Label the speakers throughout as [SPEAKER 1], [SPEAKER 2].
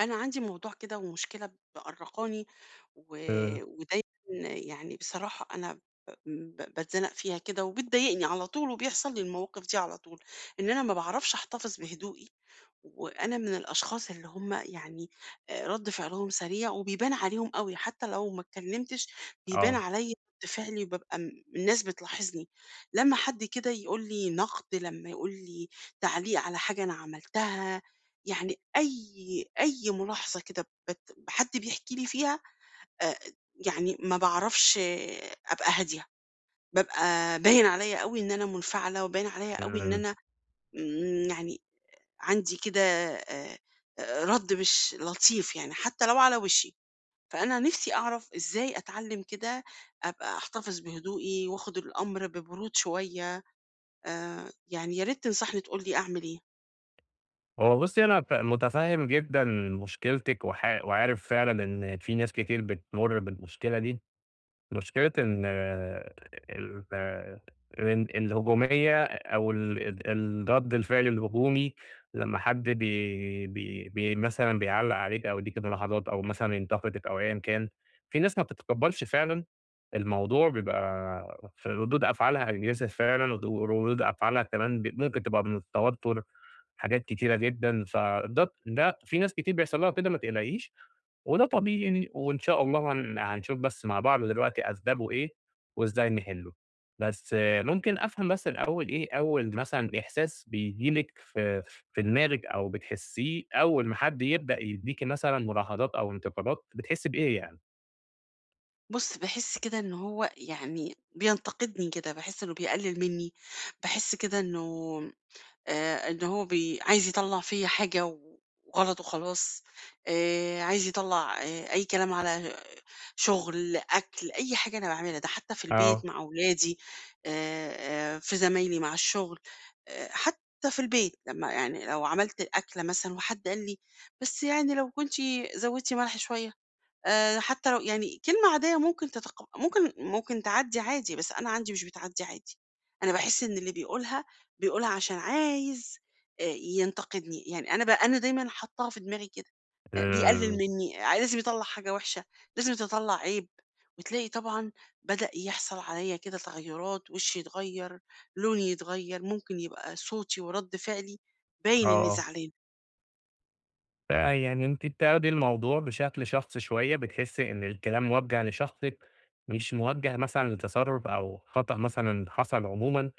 [SPEAKER 1] أنا عندي موضوع كده ومشكلة مأرقاني و...
[SPEAKER 2] إمم.
[SPEAKER 1] ودايما، يعني بصراحة أنا بتزنق فيها كده، وبتضايقني على طول وبيحصل لي المواقف دي على طول، إن أنا ما بعرفش أحتفظ بهدوئي. وأنا من الأشخاص اللي هم يعني آه، رد فعلهم سريع وبيبان عليهم قوي حتى لو ما اتكلمتش. بيبان
[SPEAKER 2] آه.
[SPEAKER 1] عليا رد فعلي وببقى الناس بتلاحظني. لما حد كده يقول لي نقد، لما يقول لي تعليق على حاجة أنا عملتها، يعني أي ملاحظة كده حد بيحكي لي فيها، آآ يعني ما باعرفش أبقى هادية، بابقى باين عليَّ أوي إن أنا منفعلة، وباين عليَّ أوي إن
[SPEAKER 2] إمم.
[SPEAKER 1] أنا يعني عندي كده رَد مش لطيف، يعني حتى لو على وشي. فأنا نفسي أعرف إزاي أتعلم كده أبقى أحتفظ بهدوئي وآخد الأمر ببرود شوية. يعني يا ريت تنصحني تقول لي أعمل إيه؟
[SPEAKER 2] هو بُصّي أنا متفهم جدًا مشكلتِك وعارف فعلًا إن في ناس كتير بتمُر بالمشكلة دي، مشكلة إن آه، ال آه، ال الهجومية أو ال الرد الفعل الهجومي لمّا حد بي بي بي مثلًا بيعلّق عليك أو يديك الملاحظات أو مثلًا ينتقدك أو أيًا كان، في ناس ما بتتقبّلش فعلًا الموضوع بيبقى في ردود أفعالها aggressive فعلًا وردود أفعالها كمان ممكن تبقى من التوتر، حاجات كتيرة جدًا، فده في ناس كتير بيحصل لها كده ما تقلقيش. وده طبيعي يعني، وإن شاء الله هنشوف بس مع بعض دلوقتي أسبابه إيه وإزاي نحله. بس ممكن أفهم بس الأول إيه أول مثلًا إحساس بييجي لِك في دماغِك أو بتحسّيه أول ما حد يبدأ يدّيكِ مثلًا ملاحظات أو انتقادات، بتحسّي بإيه يعني؟
[SPEAKER 1] بُص، باحس كده إن هو يعني بينتقدني كده، باحس إنه بيقلل مني، باحس كده إنه إن هو عايز يطلّع فيّا حاجة وغلط وخلاص. عايز يطلّع أي كلام على شغل، أكل، أي حاجة أنا باعملها، ده حتى في البيت
[SPEAKER 2] آه.
[SPEAKER 1] مع أولادي، في زمايلي مع الشغل، حتى في البيت لمّا يعني لو عملت أكلة مثلًا وحد قال لي: "بس يعني لو كنتِ زوّدتِ ملح شوية." حتى لو يعني كلمة عادية ممكن تتق ممكن ممكن تعدّي عادي، بس أنا عندي مش بتعدّي عادي. أنا باحس إن اللي بيقولها، بيقولها عشان عايز ينتقدني. يعني أنا دايمًا حاطّاها في دماغي كده، بيقلِّل
[SPEAKER 2] آآ،
[SPEAKER 1] منّي، آه، لازم يطلّع حاجة وِحشة، لازم تطلّع عيب، وتلاقي طبعًا بدأ يحصل عليّا كده تغيُّرات، وشّي يتغيّر، لوني يتغيّر، ممكن يبقى صوتي ورَد فعلي باين إنّي
[SPEAKER 2] آه.
[SPEAKER 1] زعلانة.
[SPEAKER 2] فيعني أنتِ بتاخدي الموضوع بشكل شخصي شوية، بتحسي إن الكلام موجه لشخصِك، مش موجه مثلًا لتصرُّف أو خطأ مثلًا حصل عمومًا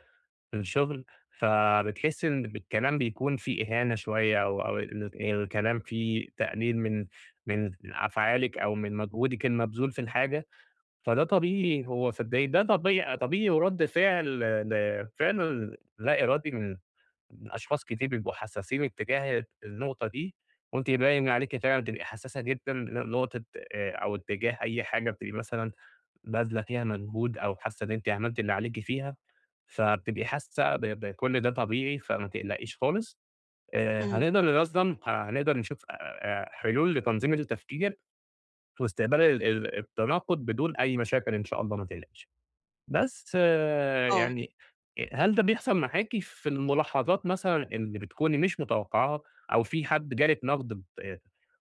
[SPEAKER 2] في الشغل، فبتحسي إن بالكلام بيكون فيه إهانة شوية أو الكلام فيه تقليل من أفعالِك أو من مجهودِك المبذول في الحاجة، فده طبيعي هو صدقيني ده طبيعي طبيعي وردّ فعل لا إرادي من أشخاص كتير بيبقوا حسّاسين اتجاه النقطة دي، وأنتِ باين عليكِ فعلًا بتبقي حسّاسة جدًا لنقطة أو اتجاه أي حاجة بتبقي مثلًا باذلة فيها مجهود أو حاسّة إن أنتِ عملتِ اللي عليكِ فيها، فبتبقي حاسّة بكل ده طبيعي فما تقلقيش خالص،
[SPEAKER 1] إمم.
[SPEAKER 2] هنقدر ننظّم هنقدر نشوف حلول لتنظيم التفكير واستقبال ال التناقض بدون أي مشاكل إن شاء الله ما تقلقيش. بس
[SPEAKER 1] آه.
[SPEAKER 2] يعني هل ده بيحصل معاكِ في الملاحظات مثلًا اللي بتكوني مش متوقعاها أو في حد جالِك نقد ب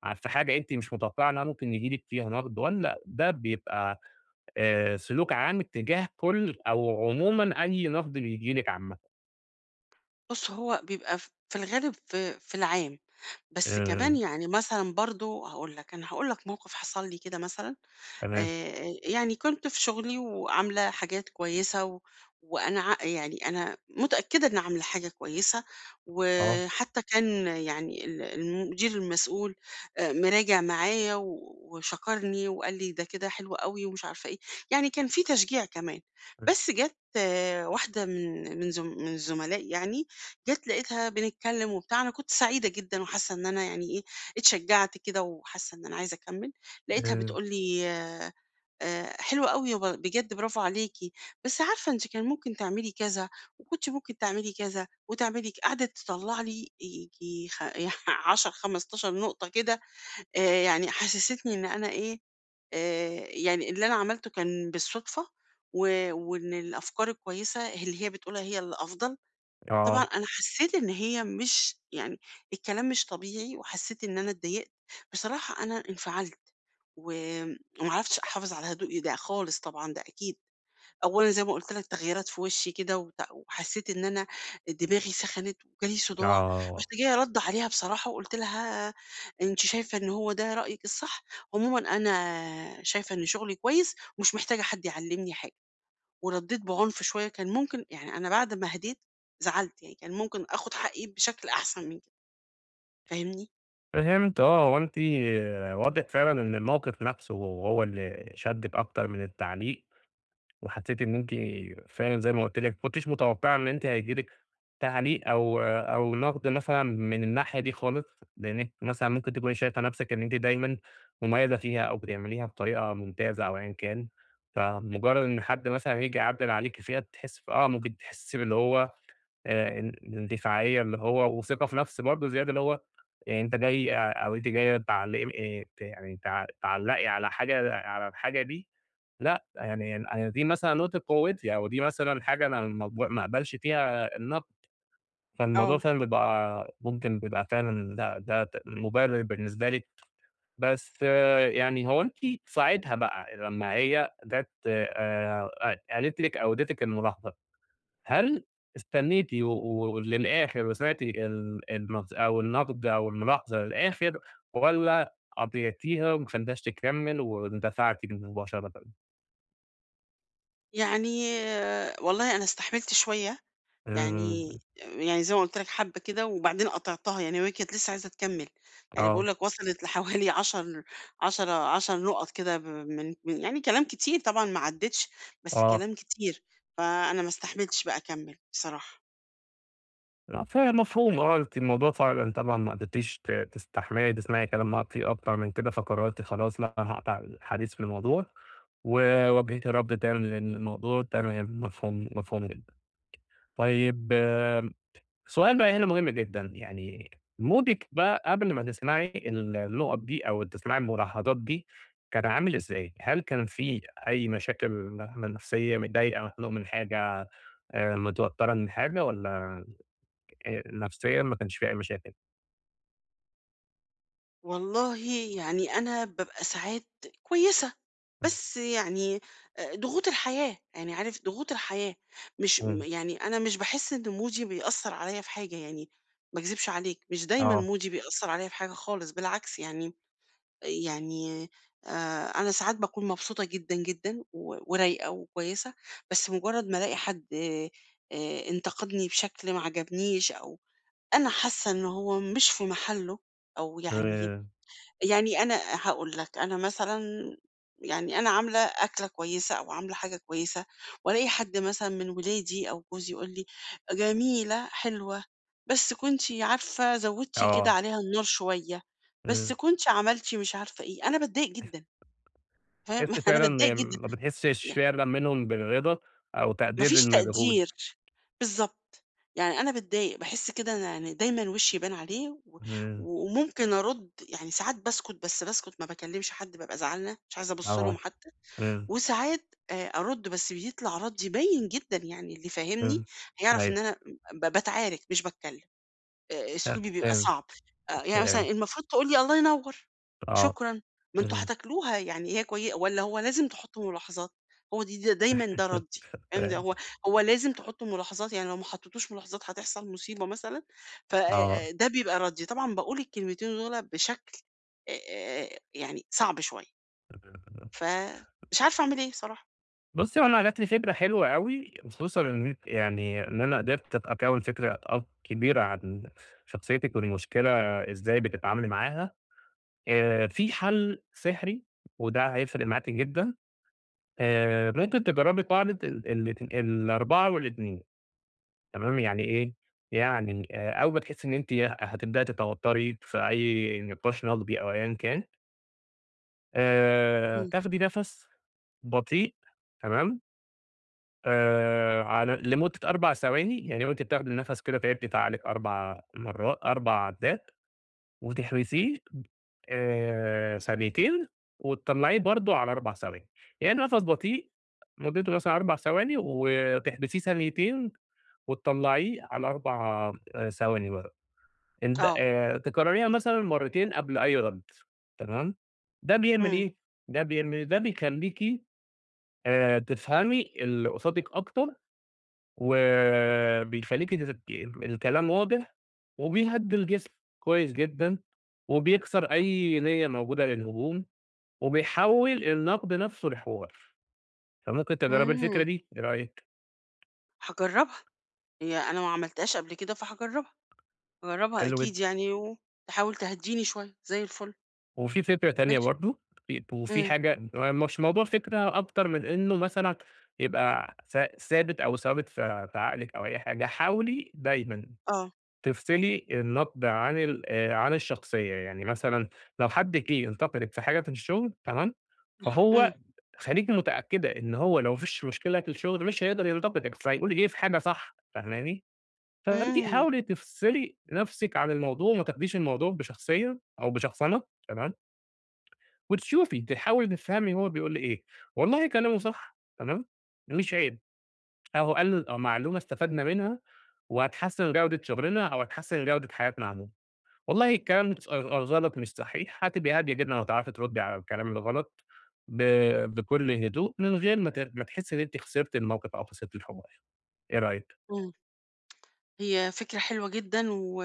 [SPEAKER 2] ع في حاجة أنتِ مش متوقعة إنها ممكن ييجي لِك فيها نقد والّا ده بيبقى سلوك عام اتجاه كل أو عمومًا أي نقد بييجي لِك عامةً؟
[SPEAKER 1] بُص، هو بيبقى في الغالب في العام. بس
[SPEAKER 2] آآ
[SPEAKER 1] كمان يعني مثلًا برضه هاقول لك، أنا هاقول لك موقف حصل لي كده مثلًا.
[SPEAKER 2] تمام.
[SPEAKER 1] يعني كنت في شغلي وعاملة حاجات كويسة، و وأنا ع يعني أنا متأكدة إني عاملة حاجة كويسة.
[SPEAKER 2] آه.
[SPEAKER 1] وحتى كان يعني ال المدير المسؤول مراجع معايا و وشكرني وقال لي: "ده كده حلو أوي." ومش عارفة إيه، يعني كان في تشجيع كمان. بس جات واحدة من زملائي يعني، جات لقيتها بنتكلم وبتاع، أنا كنت سعيدة جدًا وحاسة إن أنا يعني إيه، اتشجعت كده وحاسة إن أنا عايزة أكمّل. لقيتها
[SPEAKER 2] آآ
[SPEAKER 1] بتقول لي حلوة أوي، بجد برافو عليكِ، بس عارفة أنتِ كان ممكن تعملي كذا، وكنتِ ممكن تعملي كذا، وتعملي ك قعدت تطلّع لي ييجي 10، 15 نقطة كده. يعني حسستني إن أنا إيه، يعني اللي أنا عملته كان بالصدفة، و وإن الأفكار الكويسة اللي هي بتقولها هي الأفضل. طبعًا
[SPEAKER 2] آه.
[SPEAKER 1] أنا حسّيت إن هي مش يعني الكلام مش طبيعي، وحسّيت إن أنا اتضايقت، بصراحة أنا انفعلت وم وما عرفتش أحافظ على هدوئي ده خالص، طبعًا ده أكيد. أولًا زي ما قُلت لك تغييرات في وشّي كده، وت وحسّيت إن أنا دماغي سخنت وجالي صداع. رُحت
[SPEAKER 2] آه.
[SPEAKER 1] جاية رادّة عليها بصراحة وقُلت لها: "أنتِ شايفة إن هو ده رأيِك الصح، عمومًا أنا شايفة إن شغلي كويس ومش محتاجة حد يعلّمني حاجة." وردّيت بعنف شوية، كان ممكن يعني أنا بعد ما هديت زعلت، يعني كان ممكن آخُد حقّي بشكل أحسن من كده، فاهمني؟
[SPEAKER 2] فهمت آه، هو أنتِ واضح فعلًا إن الموقف نفسه هو اللي شدِّك أكتر من التعليق. وحسيتِ إن أنتِ فعلًا زي ما قُلت لِك، ما كنتيش متوقعة إن أنتِ هييجي لِك تعليق أو نقد مثلًا من الناحية دي خالص، لإنِّك مثلًا ممكن تكوني شايفة نفسِك إن أنتِ دايمًا مميزة فيها أو بتعمليها بطريقة ممتازة أو أيًا كان، فمجرد إن حد مثلًا ييجي يعدِّل عليكِ فيها تحسي آه، ممكن تحسي باللي هو ال الاندفاعية اللي هو وثقة في نفس برضه زيادة اللي هو أنتِ جاية تعلّقي ت يعني تع تعلّقي على الحاجة دي لأ، يعني أنا دي مثلًا نقطة قوتي، أو دي مثلًا حاجة أنا ما اقبلش فيها النقد، فالموضوع
[SPEAKER 1] آه.
[SPEAKER 2] فعلًا بيبقى فعلًا ده مبرر بالنسبة لي، بس يعني هو أنتِ ساعتها بقى لمّا هي جات قالت لِك أو اديتِك الملاحظة، هل استنيتِ وللآخر وسمعتِ النص أو النقد أو الملاحظة للآخر، والّا قطعتيها وما خليتيهاش تكمل واندفعتِ مباشرةً؟
[SPEAKER 1] يعني آه، والله أنا استحملت شوية،
[SPEAKER 2] امم،
[SPEAKER 1] يعني زي ما قُلت لك حبّة كده وبعدين قطعتها، يعني وهي كانت لسه عايزة تكمّل، يعني باقول
[SPEAKER 2] آه.
[SPEAKER 1] لك وصلت لحوالي 10 10 10 نُقط كده، من يعني كلام كتير طبعًا ما عدّتش، بس
[SPEAKER 2] آه.
[SPEAKER 1] كلام كتير، فأنا ما استحملتش بقى أكمّل بصراحة.
[SPEAKER 2] لأ فهي مفهوم آه، أنتِ الموضوع فعلًا انت طبعًا ما قدرتيش تستحملي تسمعي كلام عاطفي أكتر من كده، فقررتِ خلاص لأ، أنا هاقطع الحديث في الموضوع، وواجهتِ رفض تام للموضوع، تمام مفهوم، مفهوم جدًا. طيب سؤال بقى هنا مهم جدًا، يعني مودِك بقى قبل ما تسمعي النقط دي أو تسمعي الملاحظات دي، كان عامل إزاي؟ هل كان في أي مشاكل نفسية، متضايقة، مخنوقة من حاجة، متوترة من حاجة والّا نفسيًا ما كانش في أي مشاكل.
[SPEAKER 1] والله، يعني أنا بابقى ساعات كويسة،
[SPEAKER 2] إمم.
[SPEAKER 1] بس يعني ضغوط الحياة، يعني عارف ضغوط الحياة، مش م
[SPEAKER 2] إمم.
[SPEAKER 1] يعني أنا مش باحس إن مودي بيأثّر عليّا في حاجة يعني، ما اكذبش عليك، مش دايمًا
[SPEAKER 2] آه.
[SPEAKER 1] مودي بيأثّر عليّا في حاجة خالص، بالعكس. يعني أنا ساعات باكون مبسوطة جدًا، جدًا و ورايقة وكويسة، بس مجرّد ما ألاقي حد انتقدني بشكل ما عجبنيش، أو أنا حاسة إن هو مش في محله، أو يعني
[SPEAKER 2] آآ
[SPEAKER 1] يعني أنا هاقول لك، أنا مثلًا يعني أنا عاملة أكلة كويسة أو عاملة حاجة كويسة، وألاقي حد مثلًا من ولادي أو جوزي يقول لي: "جميلة، حلوة، بس كنتِ عارفة زوّدتِ كده
[SPEAKER 2] آه.
[SPEAKER 1] عليها النار شوية، بس
[SPEAKER 2] إمم.
[SPEAKER 1] كنتِ عملتِ مش عارفة إيه." أنا باتضايق جدًا، فاهم؟
[SPEAKER 2] تحس
[SPEAKER 1] أنا باتضايق
[SPEAKER 2] فعلًا
[SPEAKER 1] جدًا.
[SPEAKER 2] ما بتحسش فعلًا منهم بالرضا أو
[SPEAKER 1] ما
[SPEAKER 2] تقدير
[SPEAKER 1] فيش
[SPEAKER 2] للمجهود.
[SPEAKER 1] تقدير، بالضبط. يعني أنا باتضايق، باحس كده أنا يعني دايمًا وشّي بان عليه، و
[SPEAKER 2] إمم.
[SPEAKER 1] و- وممكن أرُد، يعني ساعات باسكت، بس باسكت ما باكلّمش حد، بابقى زعلانة، مش عايزة أبُص لهم
[SPEAKER 2] آه.
[SPEAKER 1] حتى،
[SPEAKER 2] إمم.
[SPEAKER 1] وساعات أرُد، بس بيطلع ردّي باين جدًا، يعني اللي فاهمني
[SPEAKER 2] إمم.
[SPEAKER 1] هيعرف إن
[SPEAKER 2] أيوه.
[SPEAKER 1] أنا باتعارك مش باتكلّم.
[SPEAKER 2] فاهم.
[SPEAKER 1] أسلوبي بيبقى
[SPEAKER 2] فاهم.
[SPEAKER 1] صعب، يعني مثلًا
[SPEAKER 2] فاهم.
[SPEAKER 1] المفروض تقول لي: "الله ينور،
[SPEAKER 2] آه.
[SPEAKER 1] شكرًا، ما أنتم
[SPEAKER 2] إمم.
[SPEAKER 1] هتاكلوها يعني هي كوي"، والّا هو لازم تحط ملاحظات؟ هو دي دايمًا ده ردي، فاهم؟ ده
[SPEAKER 2] فاهم.
[SPEAKER 1] هو لازم تحطوا ملاحظات، يعني لو ما حطيتوش ملاحظات هتحصل مصيبة مثلًا، ف
[SPEAKER 2] آه.
[SPEAKER 1] ده بيبقى ردي، طبعًا باقول الكلمتين دول بشكل يعني صعب شوية، فمش عارفة أعمل إيه بصراحة.
[SPEAKER 2] بُصّي، هو أنا جات لي فكرة حلوة أوي، خصوصًا إن أنتِ يعني إن أنا قدرت أبقى أكوّن فكرة كبيرة عن شخصيتِك والمشكلة إزاي بتتعاملي معاها. في حل سحري وده هيفرق معاكِ جدًا، ممكن تجرّبي قاعدة ال الاتن ال4 وال2 تمام، يعني إيه، يعني أول ما تحسّي إن أنتِ هتبدئي تتوتّري في أي نقاش نقدي أو أيًا كان،
[SPEAKER 1] إمم،
[SPEAKER 2] تاخدي نَفَس بطيء تمام، على لمدة 4 ثواني، يعني وأنتِ بتاخدي النَفَس كده تقعدي تعالج 4 مرات 4 عدّات. وتحبسيه ثانيتين وتطلّعيه برضه على 4 ثواني، يعني نَفَس بطيء مُدته مثلًا 4 ثواني وتحبسيه ثانيتين وتطلّعيه على 4 ثواني برضه، الب
[SPEAKER 1] آه،
[SPEAKER 2] تكرريها مثلًا مرّتين قبل أي رَد تمام، ده بيعمل
[SPEAKER 1] إمم،
[SPEAKER 2] إيه، ده بيعمل ده بيخلّيكِ تفهمي اللي قصادِك أكتر وبيخلّيكِ الكلام واضح، وبيهدّي الجسم كويس جدًا، وبيكسر أي نيّة موجودة للهجوم، وبيحوّل النقد نفسه لحوار، فممكن تجرّبي الفكرة
[SPEAKER 1] إمم.
[SPEAKER 2] دي، إيه رأيِك؟
[SPEAKER 1] هاجربها، هي أنا ما عملتهاش قبل كده فهاجربها. أجرّبها
[SPEAKER 2] حلو
[SPEAKER 1] أكيد
[SPEAKER 2] جدًا،
[SPEAKER 1] يعني وتحاول تهدّيني شوية، زي الفل،
[SPEAKER 2] وفي فكرة تانية
[SPEAKER 1] ماشي.
[SPEAKER 2] برضه، وفي
[SPEAKER 1] إمم،
[SPEAKER 2] حاجة هو مش موضوع فكرة أكتر من إنه مثلًا يبقى ثابت أو ثابت في عقلِك أو أي حاجة، حاولي دايمًا
[SPEAKER 1] آه،
[SPEAKER 2] تفصلي النقد عن ال عن الشخصية، يعني مثلًا لو حد جه انتقدِك في حاجة في الشغل تمام،
[SPEAKER 1] إمم،
[SPEAKER 2] فهو خليكِ متأكدة إن هو لو ما فيش مشكلة في الشغل مش هيقدر ينتقدِك، فهيقول إيه في حاجة صح، فاهماني؟ فأنتِ
[SPEAKER 1] إمم،
[SPEAKER 2] حاولي تفصلي نفسِك عن الموضوع، وما تاخديش الموضوع بشخصية أو بشخصنة تمام، وتشوفي تحاولي تفهمي هو بيقول إيه، والله كلامه صح تمام، مش عيب، أهو قال معلومة استفدنا منها وهتحسن جودة شغلنا أو هتحسن جودة حياتنا عمومًا. والله كانت غلط مش صحيح، هتبقى هادية جدًا وهتعرفي تردّي على الكلام اللي غلط ب بكل هدوء من غير ما ما تحسّي إن أنتِ خسرتِ الموقف أو خسرتِ الحوار، إيه رأيك؟
[SPEAKER 1] إمم. هي فكرة حلوة جدًا، و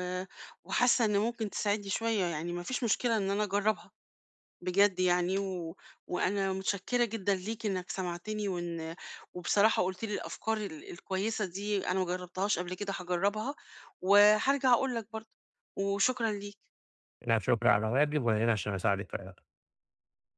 [SPEAKER 1] وحاسة إن ممكن تساعدني شوية، يعني ما فيش مشكلة إن أنا أجرّبها بجد يعني، و وأنا متشكرة جدًا ليك إنك سمعتني، وبصراحة قُلت لي الأفكار ال الكويسة دي أنا ما جرّبتهاش قبل كده، هاجرّبها وهارجع أقول لك برضه، وشكرًا ليك.
[SPEAKER 2] أنا شكرًا على واجب وأنا هنا عشان أساعدِك في